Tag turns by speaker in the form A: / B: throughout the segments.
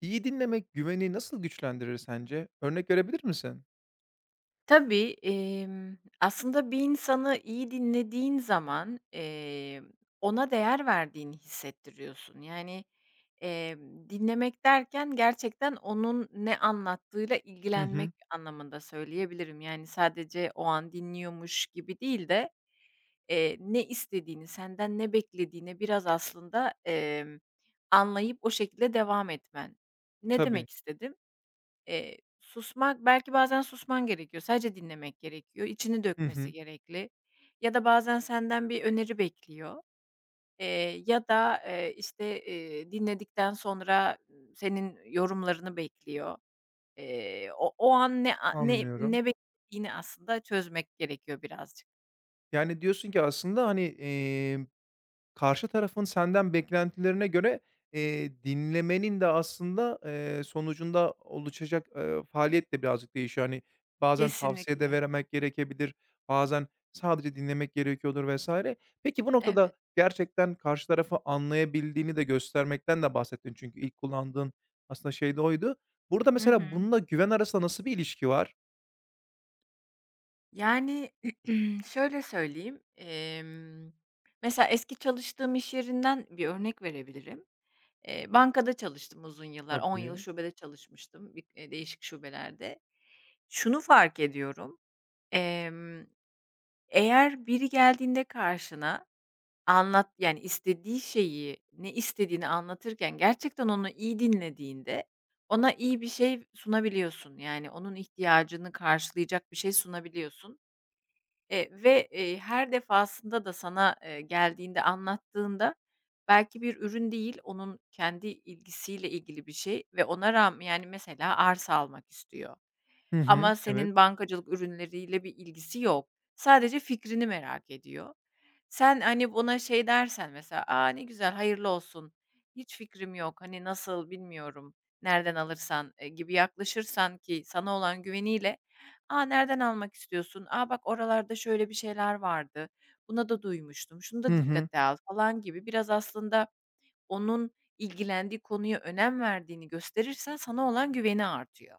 A: İyi dinlemek güveni nasıl güçlendirir sence? Örnek verebilir misin?
B: Tabii, aslında bir insanı iyi dinlediğin zaman, ona değer verdiğini hissettiriyorsun. Yani, dinlemek derken gerçekten onun ne anlattığıyla
A: Hı
B: ilgilenmek
A: hı.
B: anlamında söyleyebilirim. Yani, sadece o an dinliyormuş gibi değil de, ne istediğini, senden ne beklediğini biraz aslında, anlayıp o şekilde devam etmen. Ne
A: Tabii.
B: demek istedim? Susmak belki bazen susman gerekiyor. Sadece dinlemek gerekiyor. İçini
A: Hı
B: dökmesi
A: hı.
B: gerekli ya da bazen senden bir öneri bekliyor, ya da, işte, dinledikten sonra senin yorumlarını bekliyor. O an ne ne
A: Anlıyorum.
B: ne beklediğini aslında çözmek gerekiyor birazcık.
A: Yani diyorsun ki aslında, hani, karşı tarafın senden beklentilerine göre, dinlemenin de aslında, sonucunda oluşacak, faaliyet de birazcık değişiyor. Hani, bazen tavsiye de
B: Kesinlikle.
A: vermek gerekebilir, bazen sadece dinlemek gerekiyordur vesaire. Peki, bu
B: Evet.
A: noktada gerçekten karşı tarafı anlayabildiğini de göstermekten de bahsettin, çünkü ilk kullandığın aslında şey de oydu. Burada
B: Hı
A: mesela
B: hı.
A: bununla güven arasında nasıl bir ilişki var?
B: Yani, şöyle söyleyeyim, mesela eski çalıştığım iş yerinden bir örnek verebilirim. Bankada çalıştım uzun yıllar. 10 yıl
A: Tabii.
B: şubede çalışmıştım, bi değişik şubelerde. Şunu fark ediyorum. emm, Eğer biri geldiğinde karşına anlat yani, istediği şeyi, ne istediğini anlatırken gerçekten onu iyi dinlediğinde ona iyi bir şey sunabiliyorsun. Yani, onun ihtiyacını karşılayacak bir şey sunabiliyorsun. Ve, her defasında da sana, geldiğinde, anlattığında belki bir ürün değil, onun kendi ilgisiyle ilgili bir şey ve ona rağmen yani mesela arsa almak istiyor.
A: Hı hı.
B: Ama
A: Evet.
B: senin bankacılık ürünleriyle bir ilgisi yok. Sadece fikrini merak ediyor. Sen, hani, buna şey dersen mesela, aa ne güzel, hayırlı olsun. Hiç fikrim yok. Hani, nasıl bilmiyorum. Nereden alırsan," gibi yaklaşırsan ki sana olan güveniyle, aa nereden almak istiyorsun? Aa bak oralarda şöyle bir şeyler vardı. Buna da duymuştum. Şunu da
A: Hı hı.
B: dikkate al," falan gibi biraz aslında onun ilgilendiği konuya önem verdiğini gösterirsen sana olan güveni artıyor.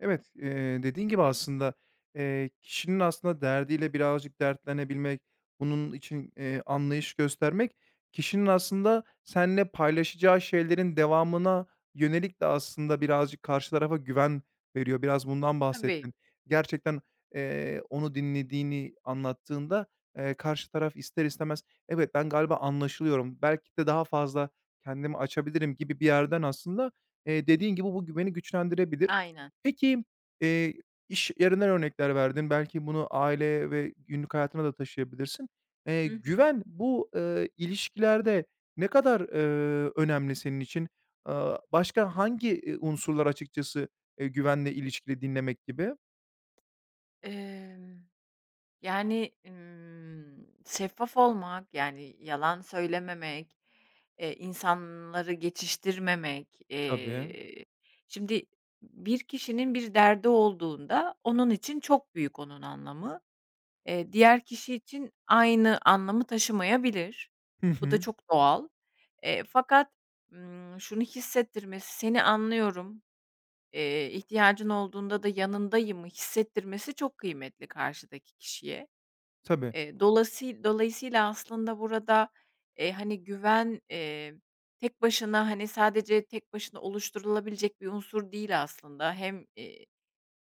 A: Evet, dediğin gibi aslında, kişinin aslında derdiyle birazcık dertlenebilmek, bunun için, anlayış göstermek, kişinin aslında seninle paylaşacağı şeylerin devamına yönelik de aslında birazcık karşı tarafa güven veriyor. Biraz bundan
B: Tabii,
A: bahsettin. Gerçekten, onu dinlediğini anlattığında, karşı taraf ister istemez, "Evet, ben galiba anlaşılıyorum. Belki de daha fazla kendimi açabilirim." gibi bir yerden aslında, dediğin gibi bu güveni güçlendirebilir.
B: aynen.
A: Peki, eee, iş yerinden örnekler verdin. Belki bunu aile ve günlük hayatına da taşıyabilirsin. Eee,
B: Hı hı.
A: güven bu, ilişkilerde ne kadar, önemli senin için? Aaa, başka hangi, unsurlar açıkçası, güvenle ilişkili dinlemek gibi?
B: Emm, Yani, şeffaf olmak, yani, yalan söylememek, insanları geçiştirmemek,
A: Tabii.
B: şimdi bir kişinin bir derdi olduğunda onun için çok büyük onun anlamı. Diğer kişi için aynı anlamı taşımayabilir.
A: Hı
B: Bu da
A: hı.
B: çok doğal. Fakat, şunu hissettirmesi: "Seni anlıyorum, ihtiyacın olduğunda da yanındayımı hissettirmesi çok kıymetli karşıdaki kişiye.
A: Tabii.
B: Dolasıy dolayısıyla aslında burada, hani, güven, tek başına, hani, sadece tek başına oluşturulabilecek bir unsur değil aslında. Hem,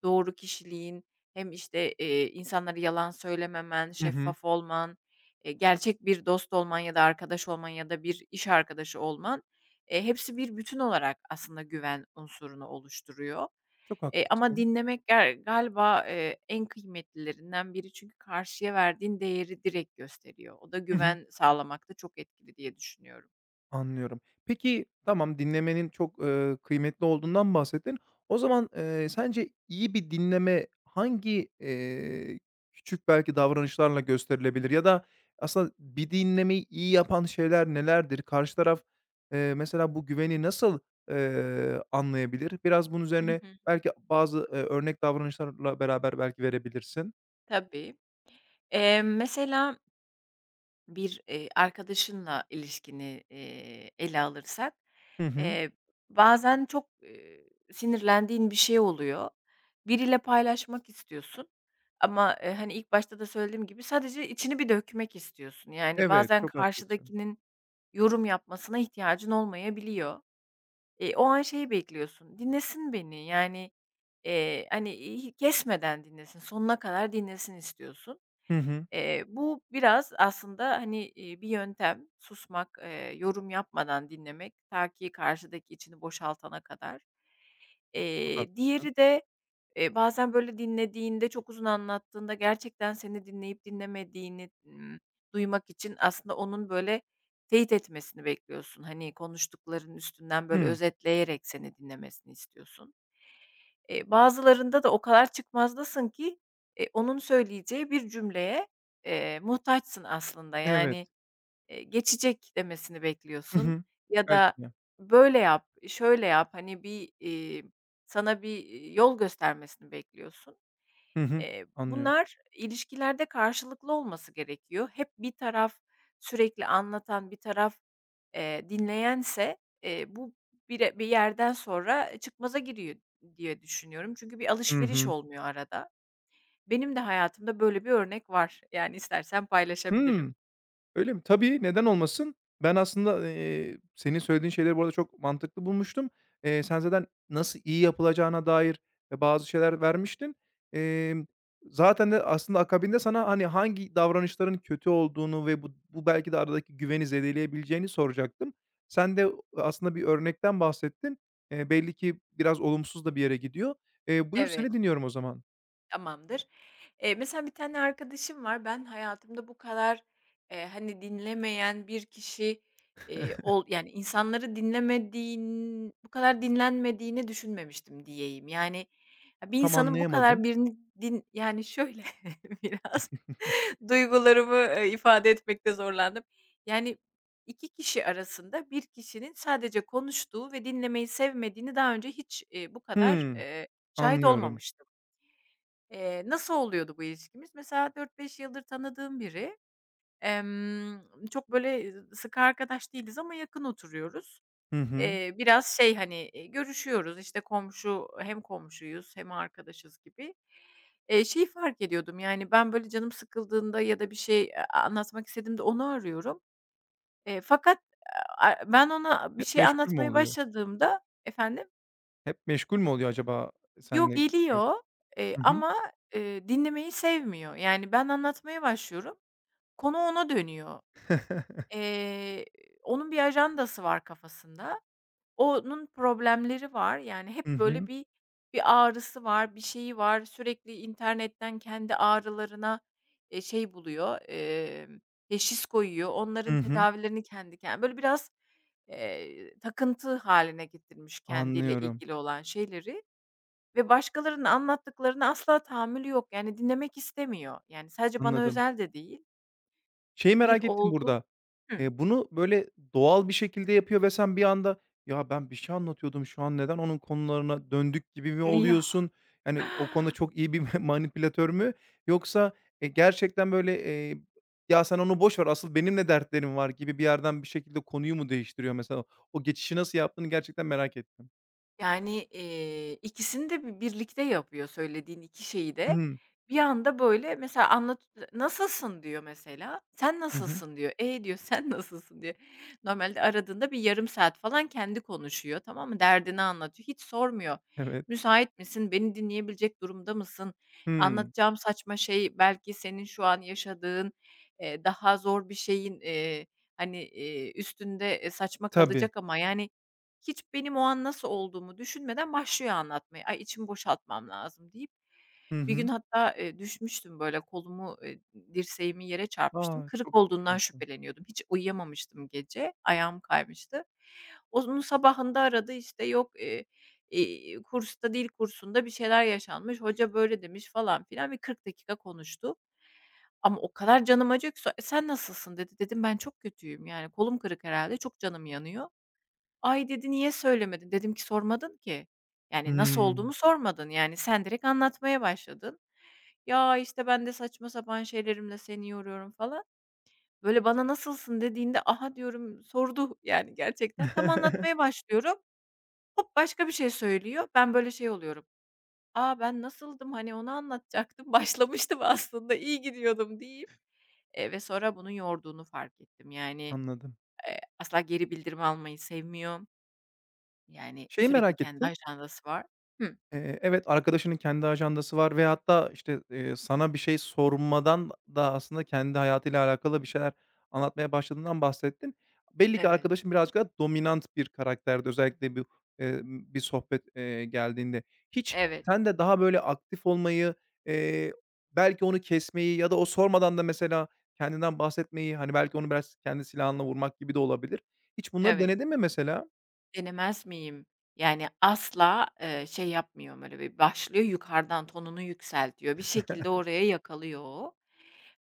B: doğru kişiliğin hem, işte, insanlara yalan söylememen,
A: Hı hı.
B: şeffaf olman, gerçek bir dost olman ya da arkadaş olman ya da bir iş arkadaşı olman, hepsi bir bütün olarak aslında güven unsurunu oluşturuyor.
A: Çok
B: Ama
A: haklısın.
B: dinlemek galiba, en kıymetlilerinden biri. Çünkü karşıya verdiğin değeri direkt gösteriyor. O da
A: Hı hı.
B: güven sağlamakta çok etkili diye düşünüyorum.
A: Anlıyorum. Peki, tamam, dinlemenin çok, kıymetli olduğundan bahsettin. O zaman, sence iyi bir dinleme hangi, küçük belki davranışlarla gösterilebilir ya da aslında bir dinlemeyi iyi yapan şeyler nelerdir? Karşı taraf, mesela bu güveni nasıl, anlayabilir? Biraz bunun
B: Hı
A: üzerine
B: hı.
A: belki bazı, örnek davranışlarla beraber belki verebilirsin.
B: Tabii. Mesela bir, arkadaşınla ilişkini, ele alırsak,
A: Hı hı.
B: eee, bazen çok, sinirlendiğin bir şey oluyor. Biriyle paylaşmak istiyorsun ama, hani, ilk başta da söylediğim gibi sadece içini bir dökmek istiyorsun. Yani,
A: Evet,
B: bazen
A: çok haklısın.
B: karşıdakinin yorum yapmasına ihtiyacın olmayabiliyor. O an şeyi bekliyorsun, dinlesin beni, yani, hani, kesmeden dinlesin, sonuna kadar dinlesin istiyorsun.
A: Hı hı.
B: Bu biraz aslında, hani, bir yöntem. Susmak, yorum yapmadan dinlemek ta ki karşıdaki içini boşaltana kadar.
A: Çok haklısın.
B: Diğeri de, bazen böyle dinlediğinde, çok uzun anlattığında gerçekten seni dinleyip dinlemediğini, duymak için aslında onun böyle teyit etmesini bekliyorsun. Hani, konuştuklarının üstünden böyle
A: Hıı.
B: özetleyerek seni dinlemesini istiyorsun. Bazılarında da o kadar çıkmazdasın ki, onun söyleyeceği bir cümleye, muhtaçsın aslında.
A: Evet.
B: Yani, geçecek demesini
A: Hı
B: bekliyorsun
A: hı.
B: ya
A: Belki
B: da
A: de.
B: böyle yap, şöyle yap, hani, bir, sana bir, yol göstermesini bekliyorsun.
A: Hı hı. Anlıyorum.
B: Bunlar ilişkilerde karşılıklı olması gerekiyor. Hep bir taraf sürekli anlatan, bir taraf, dinleyense, bu bire bir yerden sonra çıkmaza giriyor diye düşünüyorum. Çünkü bir
A: Hı
B: alışveriş
A: hı.
B: olmuyor arada. Benim de hayatımda böyle bir örnek var. Yani istersen paylaşabilirim.
A: Hımm. Öyle mi? Tabii, neden olmasın? Ben aslında, senin söylediğin şeyleri bu arada çok mantıklı bulmuştum. Sen zaten nasıl iyi yapılacağına dair, bazı şeyler vermiştin. Emm, zaten de aslında akabinde sana, hani, hangi davranışların kötü olduğunu ve bu belki de aradaki güveni zedeleyebileceğini soracaktım. Sen de aslında bir örnekten bahsettin. Belli ki biraz olumsuz da bir yere gidiyor. Buyur,
B: Evet.
A: seni dinliyorum o zaman.
B: Tamamdır. Mesela bir tane arkadaşım var. Ben hayatımda bu kadar, hani, dinlemeyen bir kişi, ol yani, insanları dinlemediğin bu kadar dinlenmediğini düşünmemiştim diyeyim. Yani, ya, bir
A: Tam
B: insanın bu kadar
A: anlayamadım.
B: birini yani, şöyle biraz duygularımı, ifade etmekte zorlandım. Yani, 2 kişi arasında bir kişinin sadece konuştuğu ve dinlemeyi sevmediğini daha önce hiç, bu kadar,
A: Hıı.
B: şahit
A: Anlıyorum.
B: olmamıştım. Nasıl oluyordu bu ilişkimiz? Mesela dört beş yıldır tanıdığım biri. Çok böyle sıkı arkadaş değiliz ama yakın oturuyoruz.
A: Hı hı.
B: Biraz şey, hani, görüşüyoruz, işte, hem komşuyuz hem arkadaşız gibi. Şeyi fark ediyordum, yani, ben böyle canım sıkıldığında ya da bir şey anlatmak istediğimde onu arıyorum. Fakat ben ona bir
A: Hep
B: şey
A: meşgul mü
B: anlatmaya
A: oluyor?
B: başladığımda efendim?
A: Hep meşgul mü oluyor acaba
B: Yo,
A: seninle...
B: geliyor,
A: Hı hı.
B: ama, dinlemeyi sevmiyor. Yani, ben anlatmaya başlıyorum. Konu ona dönüyor. Eee, Onun bir ajandası var kafasında. Onun problemleri var. Yani
A: Hı
B: hep böyle
A: hı.
B: bir ağrısı var, bir şeyi var. Sürekli internetten kendi ağrılarına, şey buluyor, teşhis koyuyor. Onların
A: Hı hı.
B: tedavilerini kendi böyle biraz, takıntı haline getirmiş kendiyle
A: Anlıyorum,
B: ilgili olan şeyleri ve başkalarının anlattıklarına asla tahammülü yok. Yani dinlemek istemiyor. Yani sadece bana
A: anladım.
B: özel de değil.
A: Şeyi
B: Bir
A: merak ettim
B: oldu.
A: burada. Bunu böyle doğal bir şekilde yapıyor ve sen bir anda, "Ya, ben bir şey anlatıyordum, şu an neden onun konularına döndük?" gibi mi
B: Hıh.
A: oluyorsun? Yani, o konuda çok iyi bir manipülatör mü yoksa, gerçekten böyle, "Ya, sen onu boş ver, asıl benim ne dertlerim var?" gibi bir yerden bir şekilde konuyu mu değiştiriyor mesela? O geçişi nasıl yaptığını gerçekten merak ettim.
B: Yani, ikisini de birlikte yapıyor söylediğin 2 şeyi
A: Hı
B: de.
A: hı.
B: Bir anda, böyle, mesela "Nasılsın?" diyor mesela. "Sen
A: Hı hı.
B: nasılsın?" diyor. "E" diyor, "Sen nasılsın?" diyor. Normalde aradığında bir yarım saat falan kendi konuşuyor, tamam mı? Derdini anlatıyor. Hiç sormuyor.
A: Evet.
B: "Müsait misin? Beni dinleyebilecek durumda mısın?
A: Hımm.
B: Anlatacağım saçma şey belki senin şu an yaşadığın, daha zor bir şeyin, hani, üstünde, saçma
A: Tabii.
B: kalacak ama yani, hiç benim o an nasıl olduğumu düşünmeden başlıyor anlatmaya. "Ay, içimi boşaltmam lazım," deyip
A: Hı
B: bir gün
A: hı.
B: hatta, düşmüştüm böyle kolumu, dirseğimi yere çarpmıştım.
A: A!
B: Kırık
A: Çok iyi
B: olduğundan
A: düşünüyorsun.
B: şüpheleniyordum. Hiç uyuyamamıştım gece. Ayağım kaymıştı. Onun sabahında aradı, işte, yok, kursta, dil kursunda bir şeyler yaşanmış, hoca böyle demiş falan filan. Bir 40 dakika konuştu ama o kadar canım acıyor ki "E, sen nasılsın?" dedi. Dedim, "Ben çok kötüyüm, yani, kolum kırık herhalde çok canım yanıyor." "Ay," dedi, "niye söylemedin?" Dedim ki, "Sormadın ki. Yani nasıl
A: Hımm.
B: olduğumu sormadın. Yani sen direkt anlatmaya başladın. Ya, işte, ben de saçma sapan şeylerimle seni yoruyorum," falan. Böyle bana "Nasılsın?" dediğinde, "Aha!" diyorum, sordu yani gerçekten. Tam anlatmaya başlıyorum, hop başka bir şey söylüyor. Ben böyle şey oluyorum, "aa ben nasıldım? Hani onu anlatacaktım. Başlamıştım aslında, iyi gidiyordum," deyip, ve sonra bunun yorduğunu fark ettim. Yani,
A: Anladım.
B: asla geri bildirim almayı sevmiyor. Yani,
A: Şeyi
B: sürekli
A: merak
B: kendi
A: ettim
B: ajandası var. Hıh.
A: Evet, arkadaşının kendi ajandası var ve hatta, işte, sana bir şey sormadan da aslında kendi hayatıyla alakalı bir şeyler anlatmaya başladığından bahsettin. Belli ki
B: Evet,
A: arkadaşın birazcık daha dominant bir karakterdi, özellikle bir sohbet, geldiğinde. Hiç
B: evet,
A: sen de daha böyle aktif olmayı, eee, belki onu kesmeyi ya da o sormadan da mesela kendinden bahsetmeyi, hani, belki onu biraz kendi silahınla vurmak gibi de olabilir. Hiç bunları
B: evet.
A: denedin mi mesela?
B: Denemez miyim? Yani, asla, şey yapmıyor, böyle, bir başlıyor yukarıdan tonunu yükseltiyor. Bir şekilde oraya yakalıyor o.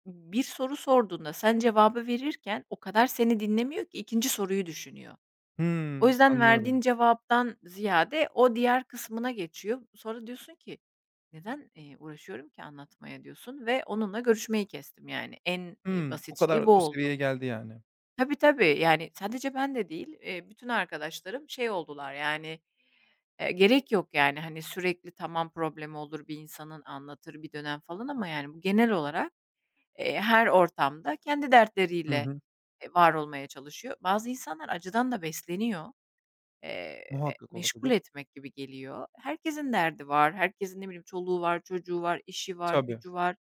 B: Bir soru sorduğunda sen cevabı verirken o kadar seni dinlemiyor ki ikinci soruyu düşünüyor. O
A: Hımm,
B: yüzden verdiğin
A: anlıyorum.
B: cevaptan ziyade o diğer kısmına geçiyor. Sonra diyorsun ki "neden, uğraşıyorum ki anlatmaya?" diyorsun ve onunla görüşmeyi kestim yani. En,
A: Hımm,
B: basit
A: o
B: şey
A: kadar
B: bu
A: o
B: oldu.
A: seviyeye geldi yani.
B: Tabii, tabii. Yani, sadece ben de değil, bütün arkadaşlarım şey oldular, yani, gerek yok, yani, hani, sürekli tamam problemi olur bir insanın, anlatır bir dönem falan ama, yani, bu genel olarak, her ortamda kendi
A: Hı
B: dertleriyle,
A: hı.
B: var olmaya çalışıyor. Bazı insanlar acıdan da besleniyor. Eee,
A: Muhakkak
B: Meşgul
A: olabilir.
B: etmek gibi geliyor. Herkesin derdi var, herkesin, ne bileyim, çoluğu var, çocuğu var, işi var,
A: Tabii.
B: gücü var.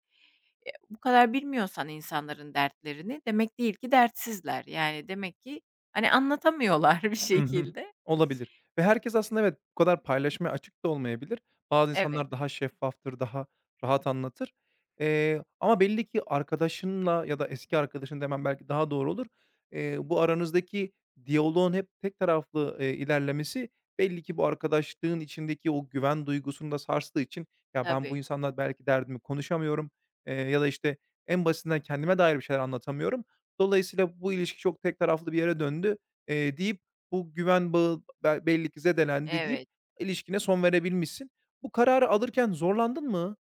B: Bu kadar bilmiyorsan insanların dertlerini demek değil ki dertsizler. Yani demek ki, hani, anlatamıyorlar bir
A: Hı hı.
B: şekilde.
A: Olabilir ve herkes aslında, evet, bu kadar paylaşmaya açık da olmayabilir. Bazı
B: Evet,
A: insanlar daha şeffaftır, daha rahat anlatır. Ama belli ki arkadaşınla ya da eski arkadaşın demen belki daha doğru olur. Bu aranızdaki diyaloğun hep tek taraflı, ilerlemesi belli ki bu arkadaşlığın içindeki o güven duygusunu da sarstığı için "Ya, ben bu
B: tabii.
A: insanla belki derdimi konuşamıyorum.", ya da, işte, en basitinden kendime dair bir şeyler anlatamıyorum. Dolayısıyla bu ilişki çok tek taraflı bir yere döndü, deyip bu güven bağı belli ki zedelendi deyip
B: Evet.
A: ilişkine son verebilmişsin. Bu kararı alırken zorlandın mı?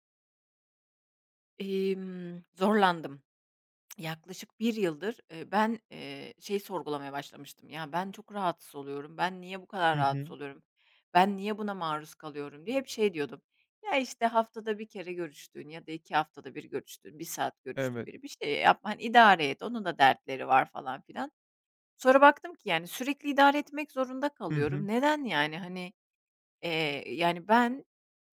B: Zorlandım. Yaklaşık bir yıldır, ben, şey sorgulamaya başlamıştım. Ya, ben çok rahatsız oluyorum. Ben niye bu kadar
A: Hı
B: rahatsız
A: hı.
B: oluyorum? Ben niye buna maruz kalıyorum diye hep şey diyordum. Ya, işte, haftada bir kere görüştüğün ya da 2 haftada bir görüştüğün, bir saat görüştüğün
A: Evet.
B: biri, bir şey yap, hani, idare et, onun da dertleri var falan filan. Sonra baktım ki yani sürekli idare etmek zorunda
A: Hı
B: kalıyorum.
A: hı.
B: Neden yani? Hani, yani ben,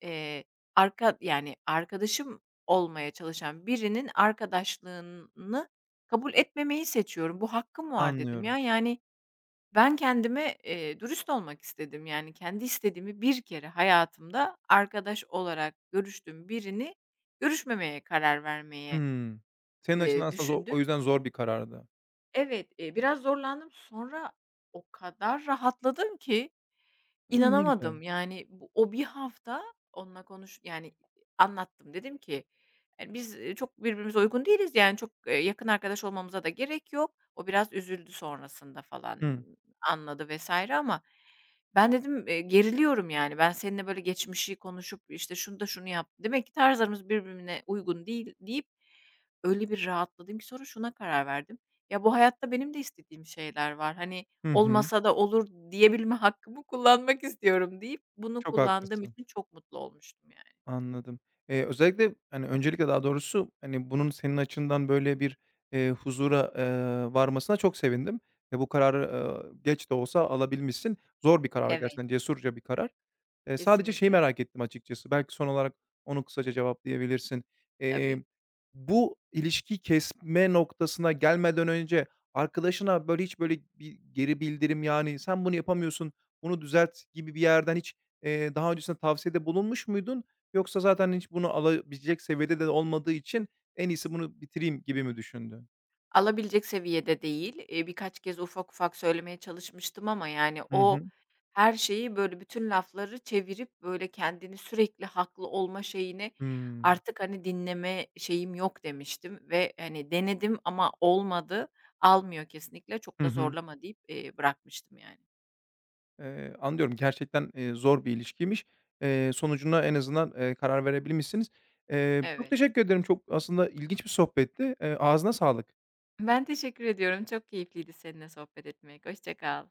B: eee, arkadaşım olmaya çalışan birinin arkadaşlığını kabul etmemeyi seçiyorum. "Bu hakkım var," dedim
A: Anlıyorum.
B: ya. Yani ben kendime, dürüst olmak istedim. Yani kendi istediğimi bir kere hayatımda arkadaş olarak görüştüğüm birini görüşmemeye karar vermeye,
A: Hımm. Senin açından aslında o
B: düşündüm.
A: yüzden zor bir karardı.
B: Evet, biraz zorlandım. Sonra o kadar rahatladım ki
A: Hımm, ne güzel.
B: inanamadım. Yani, bu o bir hafta onunla anlattım. Dedim ki, "biz, çok birbirimize uygun değiliz. Yani, çok, yakın arkadaş olmamıza da gerek yok." O biraz üzüldü sonrasında falan,
A: Hı.
B: anladı vesaire. Ama ben dedim, "geriliyorum, yani. Ben seninle böyle geçmişi konuşup, işte, şunu da şunu yaptım. Demek ki tarzlarımız birbirine uygun değil," deyip öyle bir rahatladım ki sonra şuna karar verdim. Ya, bu hayatta benim de istediğim şeyler var. Hani,
A: Hı hı.
B: olmasa da olur diyebilme hakkımı kullanmak istiyorum deyip bunu
A: Çok
B: kullandığım
A: haklısın.
B: için çok mutlu olmuştum yani.
A: Anladım. Özellikle, hani, öncelikle daha doğrusu, hani, bunun senin açından böyle bir, huzura, varmasına çok sevindim ve bu kararı, geç de olsa alabilmişsin. Zor bir karar
B: Evet.
A: gerçekten, cesurca bir karar. Sadece şeyi
B: Kesinlikle.
A: merak ettim açıkçası, belki son olarak onu kısaca cevaplayabilirsin.
B: Tabii.
A: Emm, bu ilişki kesme noktasına gelmeden önce arkadaşına, böyle, hiç, böyle, bir geri bildirim, yani, "Sen bunu yapamıyorsun, bunu düzelt." gibi bir yerden hiç, daha öncesinde tavsiyede bulunmuş muydun? Yoksa zaten hiç bunu alabilecek seviyede de olmadığı için en iyisi bunu bitireyim gibi mi düşündün?
B: Alabilecek seviyede değil. Birkaç kez ufak ufak söylemeye çalışmıştım ama, yani,
A: Hı
B: o
A: hı.
B: her şeyi, böyle, bütün lafları çevirip, böyle, kendini sürekli haklı olma şeyini
A: Hımm.
B: artık, hani, dinleme şeyim yok demiştim ve, hani, denedim ama olmadı, almıyor kesinlikle, çok
A: Hı
B: da
A: hı.
B: zorlama deyip, bırakmıştım yani.
A: Anlıyorum, gerçekten, zor bir ilişkiymiş. Sonucuna en azından, karar verebilmişsiniz. Çok
B: Evet.
A: teşekkür ederim. Çok aslında ilginç bir sohbetti. Ağzına sağlık.
B: Ben teşekkür ediyorum. Çok keyifliydi seninle sohbet etmek. Hoşça kal.